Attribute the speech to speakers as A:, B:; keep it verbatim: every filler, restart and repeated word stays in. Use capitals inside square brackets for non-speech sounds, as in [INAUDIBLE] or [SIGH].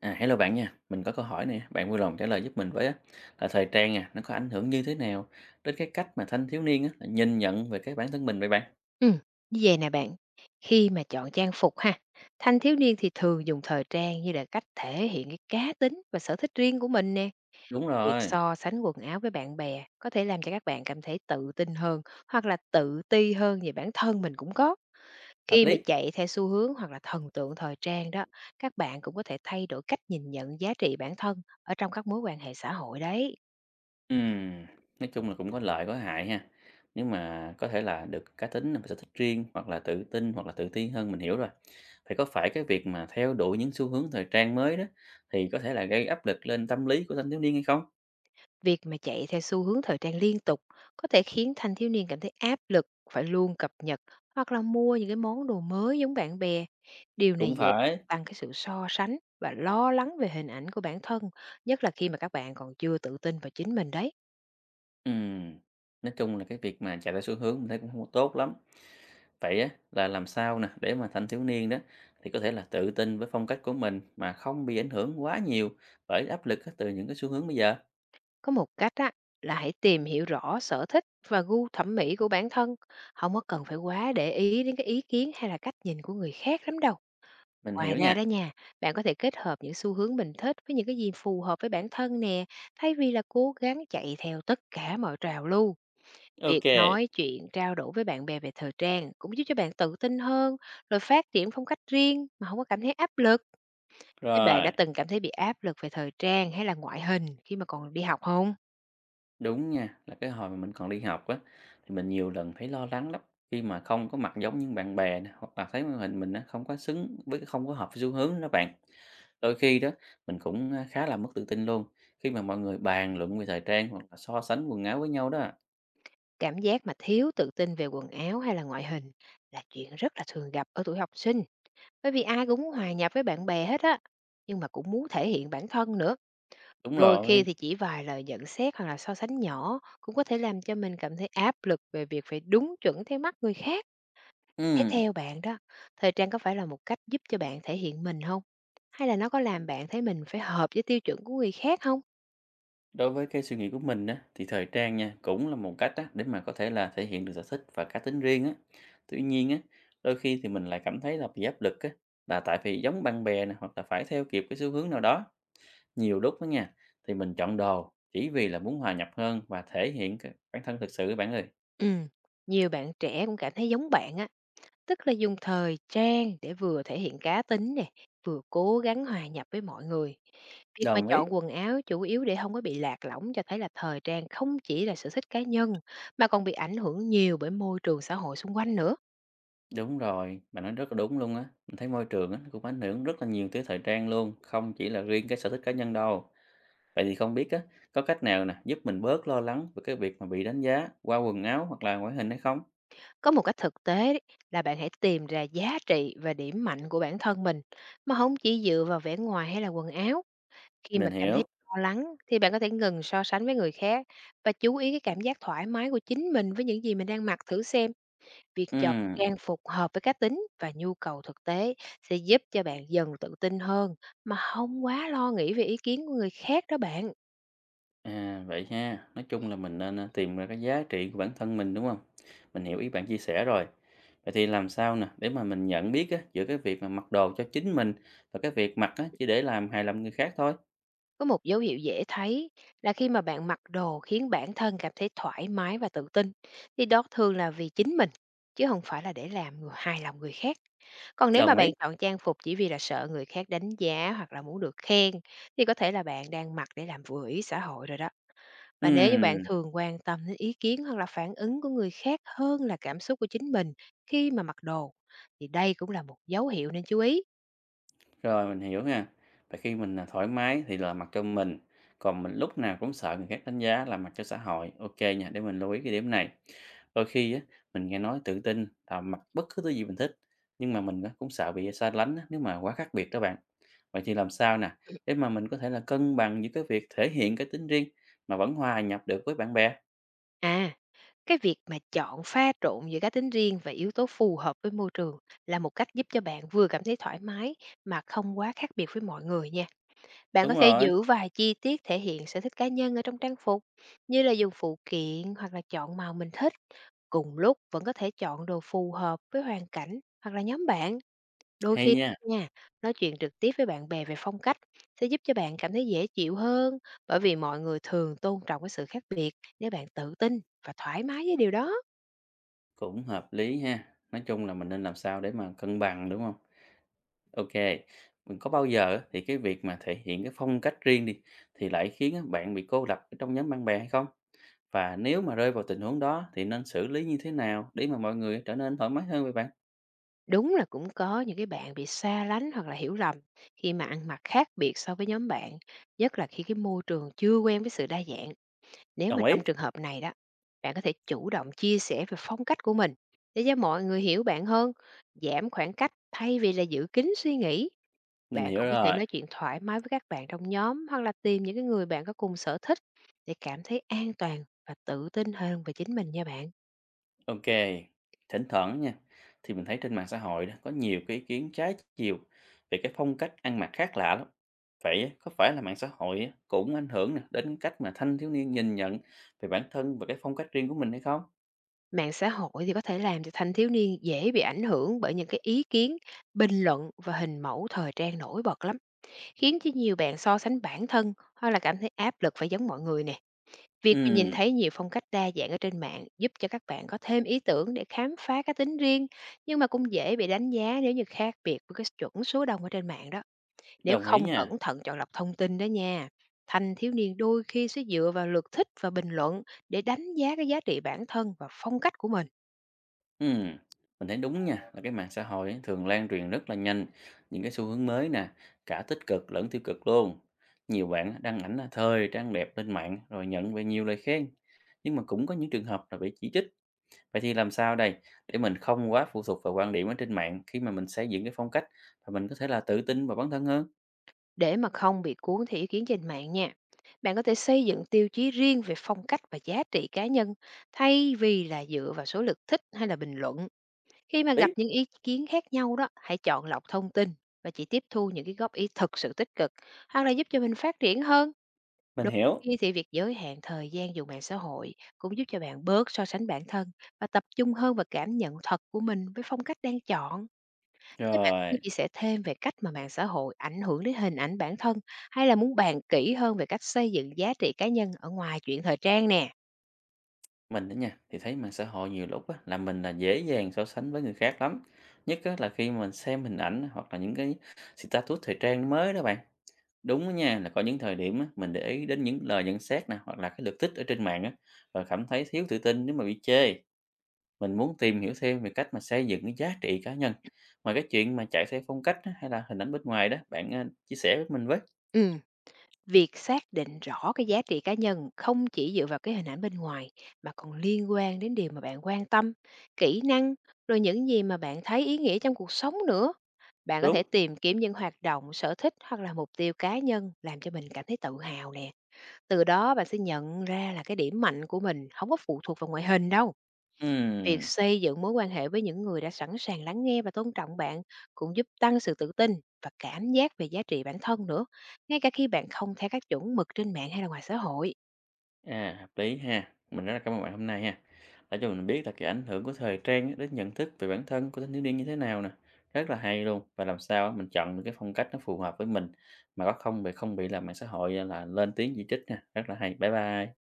A: À, hello bạn nha, mình có câu hỏi nè, bạn vui lòng trả lời giúp mình với á, là thời trang à, nó có ảnh hưởng như thế nào đến cái cách mà thanh thiếu niên á, là nhìn nhận về cái bản thân mình vậy bạn?
B: Ừm, như vầy nè bạn, khi mà chọn trang phục ha, thanh thiếu niên thì thường dùng thời trang như là cách thể hiện cái cá tính và sở thích riêng của mình nè.
A: Đúng
B: Việc
A: rồi,
B: so sánh quần áo với bạn bè có thể làm cho các bạn cảm thấy tự tin hơn, hoặc là tự ti hơn về bản thân mình cũng có.
A: hợp
B: Khi mà
A: lý.
B: chạy theo xu hướng hoặc là thần tượng thời trang đó, các bạn cũng có thể thay đổi cách nhìn nhận giá trị bản thân ở trong các mối quan hệ xã hội đấy.
A: Ừm, nói chung là cũng có lợi có hại ha, nhưng mà có thể là được cá tính, sở thích riêng hoặc là tự tin hoặc là tự ti hơn mình hiểu rồi. Thì có phải cái việc mà theo đuổi những xu hướng thời trang mới đó thì có thể là gây áp lực lên tâm lý của thanh thiếu niên hay không?
B: Việc mà chạy theo xu hướng thời trang liên tục có thể khiến thanh thiếu niên cảm thấy áp lực phải luôn cập nhật hoặc là mua những cái món đồ mới giống bạn bè. Điều
A: Cũng
B: này dễ
A: phải.
B: tăng cái sự so sánh và lo lắng về hình ảnh của bản thân, nhất là khi mà các bạn còn chưa tự tin vào chính mình đấy.
A: Ừm, nói chung là cái việc mà chạy theo xu hướng mình thấy cũng không có tốt lắm. Vậy á, là làm sao nè để mà thanh thiếu niên đó thì có thể là tự tin với phong cách của mình mà không bị ảnh hưởng quá nhiều bởi áp lực á, từ những cái xu hướng bây giờ?
B: Có một cách á là hãy tìm hiểu rõ sở thích và gu thẩm mỹ của bản thân, không có cần phải quá để ý đến cái ý kiến hay là cách nhìn của người khác lắm đâu.
A: Mình hiểu
B: Ngoài ra đó
A: nha.
B: nha, bạn có thể kết hợp những xu hướng mình thích với những cái gì phù hợp với bản thân nè, thay vì là cố gắng chạy theo tất cả mọi trào lưu. Việc
A: Ok,
B: nói chuyện, trao đổi với bạn bè về thời trang cũng giúp cho bạn tự tin hơn, rồi phát triển phong cách riêng mà không có cảm thấy áp lực. Thế bạn
A: rồi,
B: đã từng cảm thấy bị áp lực về thời trang hay là ngoại hình khi mà còn đi học không?
A: đúng nha, là cái hồi mà mình còn đi học á thì mình nhiều lần thấy lo lắng lắm khi mà không có mặc giống những bạn bè nè, hoặc là thấy màn hình mình nó không có xứng với không có hợp với xu hướng đó bạn. Đôi khi đó mình cũng à, khá là mất tự tin luôn khi mà mọi người bàn luận về thời trang hoặc là so sánh quần áo với nhau đó.
B: Cảm giác mà thiếu tự tin về quần áo hay là ngoại hình là chuyện rất là thường gặp ở tuổi học sinh, bởi vì ai cũng muốn hòa nhập với bạn bè hết á, nhưng mà cũng muốn thể hiện bản thân nữa.
A: Đúng
B: Đôi khi
A: rồi.
B: thì chỉ vài lời nhận xét hoặc là so sánh nhỏ cũng có thể làm cho mình cảm thấy áp lực về việc phải đúng chuẩn theo mắt người khác. Thế
A: Ừ.
B: theo bạn đó, thời trang có phải là một cách giúp cho bạn thể hiện mình không? Hay là nó có làm bạn thấy mình phải hợp với tiêu chuẩn của người khác không?
A: Đối với cái suy nghĩ của mình á, thì thời trang nha cũng là một cách á, để mà có thể là thể hiện được sở thích và cá tính riêng á. Tuy nhiên á, đôi khi thì mình lại cảm thấy là bị áp lực á, là tại vì giống bạn bè nè hoặc là phải theo kịp cái xu hướng nào đó. Nhiều lúc đó nha, thì mình chọn đồ chỉ vì là muốn hòa nhập hơn và thể hiện cái bản thân thực sự các bạn ơi.
B: Ừ, nhiều bạn trẻ cũng cảm thấy giống bạn á. Tức là dùng thời trang để vừa thể hiện cá tính nè, vừa cố gắng hòa nhập với mọi người. Việc mà
A: Đồng ý.
B: chọn quần áo chủ yếu để không có bị lạc lõng cho thấy là thời trang không chỉ là sở thích cá nhân, mà còn bị ảnh hưởng nhiều bởi môi trường xã hội xung quanh nữa.
A: Đúng rồi, bạn nói rất là đúng luôn á. Mình thấy môi trường á, nó cũng ảnh hưởng rất là nhiều tới thời trang luôn, không chỉ là riêng cái sở thích cá nhân đâu. Vậy thì không biết á, có cách nào nè giúp mình bớt lo lắng về cái việc mà bị đánh giá qua quần áo hoặc là ngoại hình hay không?
B: Có một cách thực tế đấy là bạn hãy tìm ra giá trị và điểm mạnh của bản thân mình, mà không chỉ dựa vào vẻ ngoài hay là quần áo. Khi
A: Mình
B: mà cảm thấy
A: hiểu.
B: lo lắng thì bạn có thể ngừng so sánh với người khác và chú ý cái cảm giác thoải mái của chính mình với những gì mình đang mặc thử xem. Việc chọn
A: Ừm,
B: trang phục hợp với cá tính và nhu cầu thực tế sẽ giúp cho bạn dần tự tin hơn mà không quá lo nghĩ về ý kiến của người khác đó bạn.
A: à, vậy ha. Nói chung là mình nên à, tìm ra cái giá trị của bản thân mình đúng không? Mình hiểu ý bạn chia sẻ rồi. Vậy thì làm sao nè để mà mình nhận biết á, giữa cái việc mà mặc đồ cho chính mình và cái việc mặc á, chỉ để làm hài lòng người khác thôi.
B: Có một dấu hiệu dễ thấy là khi mà bạn mặc đồ khiến bản thân cảm thấy thoải mái và tự tin thì đó thường là vì chính mình chứ không phải là để làm người hài lòng người khác. Còn nếu mà
A: Đồng ý.
B: bạn chọn trang phục chỉ vì là sợ người khác đánh giá hoặc là muốn được khen thì có thể là bạn đang mặc để làm vừa ý xã hội rồi đó. Và nếu như bạn
A: Ừm.
B: thường quan tâm đến ý kiến hoặc là phản ứng của người khác hơn là cảm xúc của chính mình khi mà mặc đồ, thì đây cũng là một dấu hiệu nên chú ý.
A: Rồi, mình hiểu nha. Vậy khi mình, à, thoải mái thì là mặc cho mình, còn mình lúc nào cũng sợ người khác đánh giá là mặc cho xã hội. Ok nha, để mình lưu ý cái điểm này. Đôi khi á, mình nghe nói tự tin là mặc bất cứ thứ gì mình thích, nhưng mà mình á, cũng sợ bị xa lánh á, nếu mà quá khác biệt đó bạn. Vậy thì làm sao nè, để
B: [CLEARS THROAT]
A: mà mình có thể là cân bằng giữa cái việc thể hiện cái tính riêng mà vẫn hòa nhập được với bạn bè?
B: À, cái việc mà chọn pha trộn giữa cá tính riêng và yếu tố phù hợp với môi trường là một cách giúp cho bạn vừa cảm thấy thoải mái mà không quá khác biệt với mọi người nha. Bạn
A: Đúng
B: có thể
A: rồi,
B: giữ vài chi tiết thể hiện sở thích cá nhân ở trong trang phục, như là dùng phụ kiện hoặc là chọn màu mình thích. Cùng lúc vẫn có thể chọn đồ phù hợp với hoàn cảnh hoặc là nhóm bạn. Đôi
A: hay
B: khi
A: nha,
B: nha, nói chuyện trực tiếp với bạn bè về phong cách sẽ giúp cho bạn cảm thấy dễ chịu hơn, bởi vì mọi người thường tôn trọng cái sự khác biệt nếu bạn tự tin và thoải mái với điều đó.
A: cũng hợp lý ha. Nói chung là mình nên làm sao để mà cân bằng, đúng không? OK, mình có bao giờ á, thì cái việc mà thể hiện cái phong cách riêng đi thì lại khiến á, bạn bị cô lập ở trong nhóm bạn bè hay không? Và nếu mà rơi vào tình huống đó thì nên xử lý như thế nào để mà mọi người trở nên thoải mái hơn với bạn?
B: Đúng là cũng có những cái bạn bị xa lánh hoặc là hiểu lầm khi mà ăn mặc khác biệt so với nhóm bạn, nhất là khi cái môi trường chưa quen với sự đa dạng. Nếu mà
A: Đồng
B: trong
A: ý,
B: trường hợp này đó, bạn có thể chủ động chia sẻ về phong cách của mình để cho mọi người hiểu bạn hơn, giảm khoảng cách thay vì là giữ kín suy nghĩ.
A: mình
B: Bạn
A: hiểu
B: cũng có thể
A: rồi.
B: nói chuyện thoải mái với các bạn trong nhóm hoặc là tìm những cái người bạn có cùng sở thích để cảm thấy an toàn và tự tin hơn về chính mình nha bạn.
A: OK, thỉnh thoảng nha, thì mình thấy trên mạng xã hội đó có nhiều cái ý kiến trái chiều về cái phong cách ăn mặc khác lạ lắm. Vậy á, có phải là mạng xã hội á, cũng ảnh hưởng nè đến cái cách mà thanh thiếu niên nhìn nhận về bản thân và cái phong cách riêng của mình hay không?
B: Mạng xã hội thì có thể làm cho thanh thiếu niên dễ bị ảnh hưởng bởi những cái ý kiến, bình luận và hình mẫu thời trang nổi bật lắm, khiến cho nhiều bạn so sánh bản thân hoặc là cảm thấy áp lực phải giống mọi người nè. Việc mà nhìn
A: Ừ,
B: thấy nhiều phong cách đa dạng ở trên mạng giúp cho các bạn có thêm ý tưởng để khám phá cá tính riêng, nhưng mà cũng dễ bị đánh giá nếu như khác biệt với cái chuẩn số đông ở trên mạng đó. Nếu
A: đồng ý
B: không cẩn
A: nha.
B: thận chọn lọc thông tin đó nha, thanh thiếu niên đôi khi sẽ dựa vào lượt thích và bình luận để đánh giá cái giá trị bản thân và phong cách của mình,
A: Ừm, mình thấy đúng nha, là cái mạng xã hội ấy, thường lan truyền rất là nhanh những cái xu hướng mới nè, cả tích cực lẫn tiêu cực luôn. Nhiều bạn á, đăng ảnh là thời trang đẹp lên mạng rồi nhận về nhiều lời khen, nhưng mà cũng có những trường hợp là bị chỉ trích. Vậy thì làm sao đây để mình không quá phụ thuộc vào quan điểm ở trên mạng khi mà mình xây dựng cái phong cách và mình có thể là tự tin vào bản thân hơn?
B: để mà không bị cuốn theo ý kiến trên mạng nha. Bạn có thể xây dựng tiêu chí riêng về phong cách và giá trị cá nhân thay vì là dựa vào số lượt thích hay là bình luận. Khi mà gặp
A: Ý,
B: những ý kiến khác nhau đó, hãy chọn lọc thông tin và chỉ tiếp thu những cái góp ý thực sự tích cực hoặc là giúp cho mình phát triển hơn.
A: mình
B: Đôi
A: hiểu.
B: khi thì việc giới hạn thời gian dùng mạng xã hội cũng giúp cho bạn bớt so sánh bản thân và tập trung hơn vào cảm nhận thật của mình với phong cách đang chọn. Thế bạn
A: Rồi.
B: cũng chia sẻ thêm về cách mà mạng xã hội ảnh hưởng đến hình ảnh bản thân, hay là muốn bàn kỹ hơn về cách xây dựng giá trị cá nhân ở ngoài chuyện thời trang nè?
A: Mình đó nha thì thấy mạng xã hội nhiều lúc á, là mình là dễ dàng so sánh với người khác lắm, nhất á, là khi mình xem hình ảnh hoặc là những cái status thời trang mới đó bạn. Đúng đó nha, là có những thời điểm á, mình để ý đến những lời nhận xét nè hoặc là cái lượt thích ở trên mạng á, và cảm thấy thiếu tự tin nếu mà bị chê. Mình muốn tìm hiểu thêm về cách mà xây dựng cái giá trị cá nhân ngoài cái chuyện mà chạy theo phong cách á, hay là hình ảnh bên ngoài đó bạn. ờ, Chia sẻ với mình với.
B: Ừ, việc xác định rõ cái giá trị cá nhân không chỉ dựa vào cái hình ảnh bên ngoài mà còn liên quan đến điều mà bạn quan tâm, kỹ năng, rồi những gì mà bạn thấy ý nghĩa trong cuộc sống nữa. Bạn có
A: Đúng.
B: thể tìm kiếm những hoạt động, sở thích hoặc là mục tiêu cá nhân làm cho mình cảm thấy tự hào nè. Từ đó bạn sẽ nhận ra là cái điểm mạnh của mình không có phụ thuộc vào ngoại hình đâu. Việc
A: Ừm.
B: xây dựng mối quan hệ với những người đã sẵn sàng lắng nghe và tôn trọng bạn cũng giúp tăng sự tự tin và cảm giác về giá trị bản thân nữa, ngay cả khi bạn không theo các chuẩn mực trên mạng hay là ngoài xã hội.
A: À, hợp lý ha. Mình rất là cảm ơn bạn hôm nay ha. Đã cho mình biết là cái ảnh hưởng của thời trang á, đến nhận thức về bản thân của thanh thiếu niên như thế nào nè. Rất là hay luôn. Và làm sao á, mình chọn được cái phong cách nó phù hợp với mình mà có không bị không bị là mạng xã hội à, là lên tiếng chỉ trích nè. Rất là hay. Bye bye.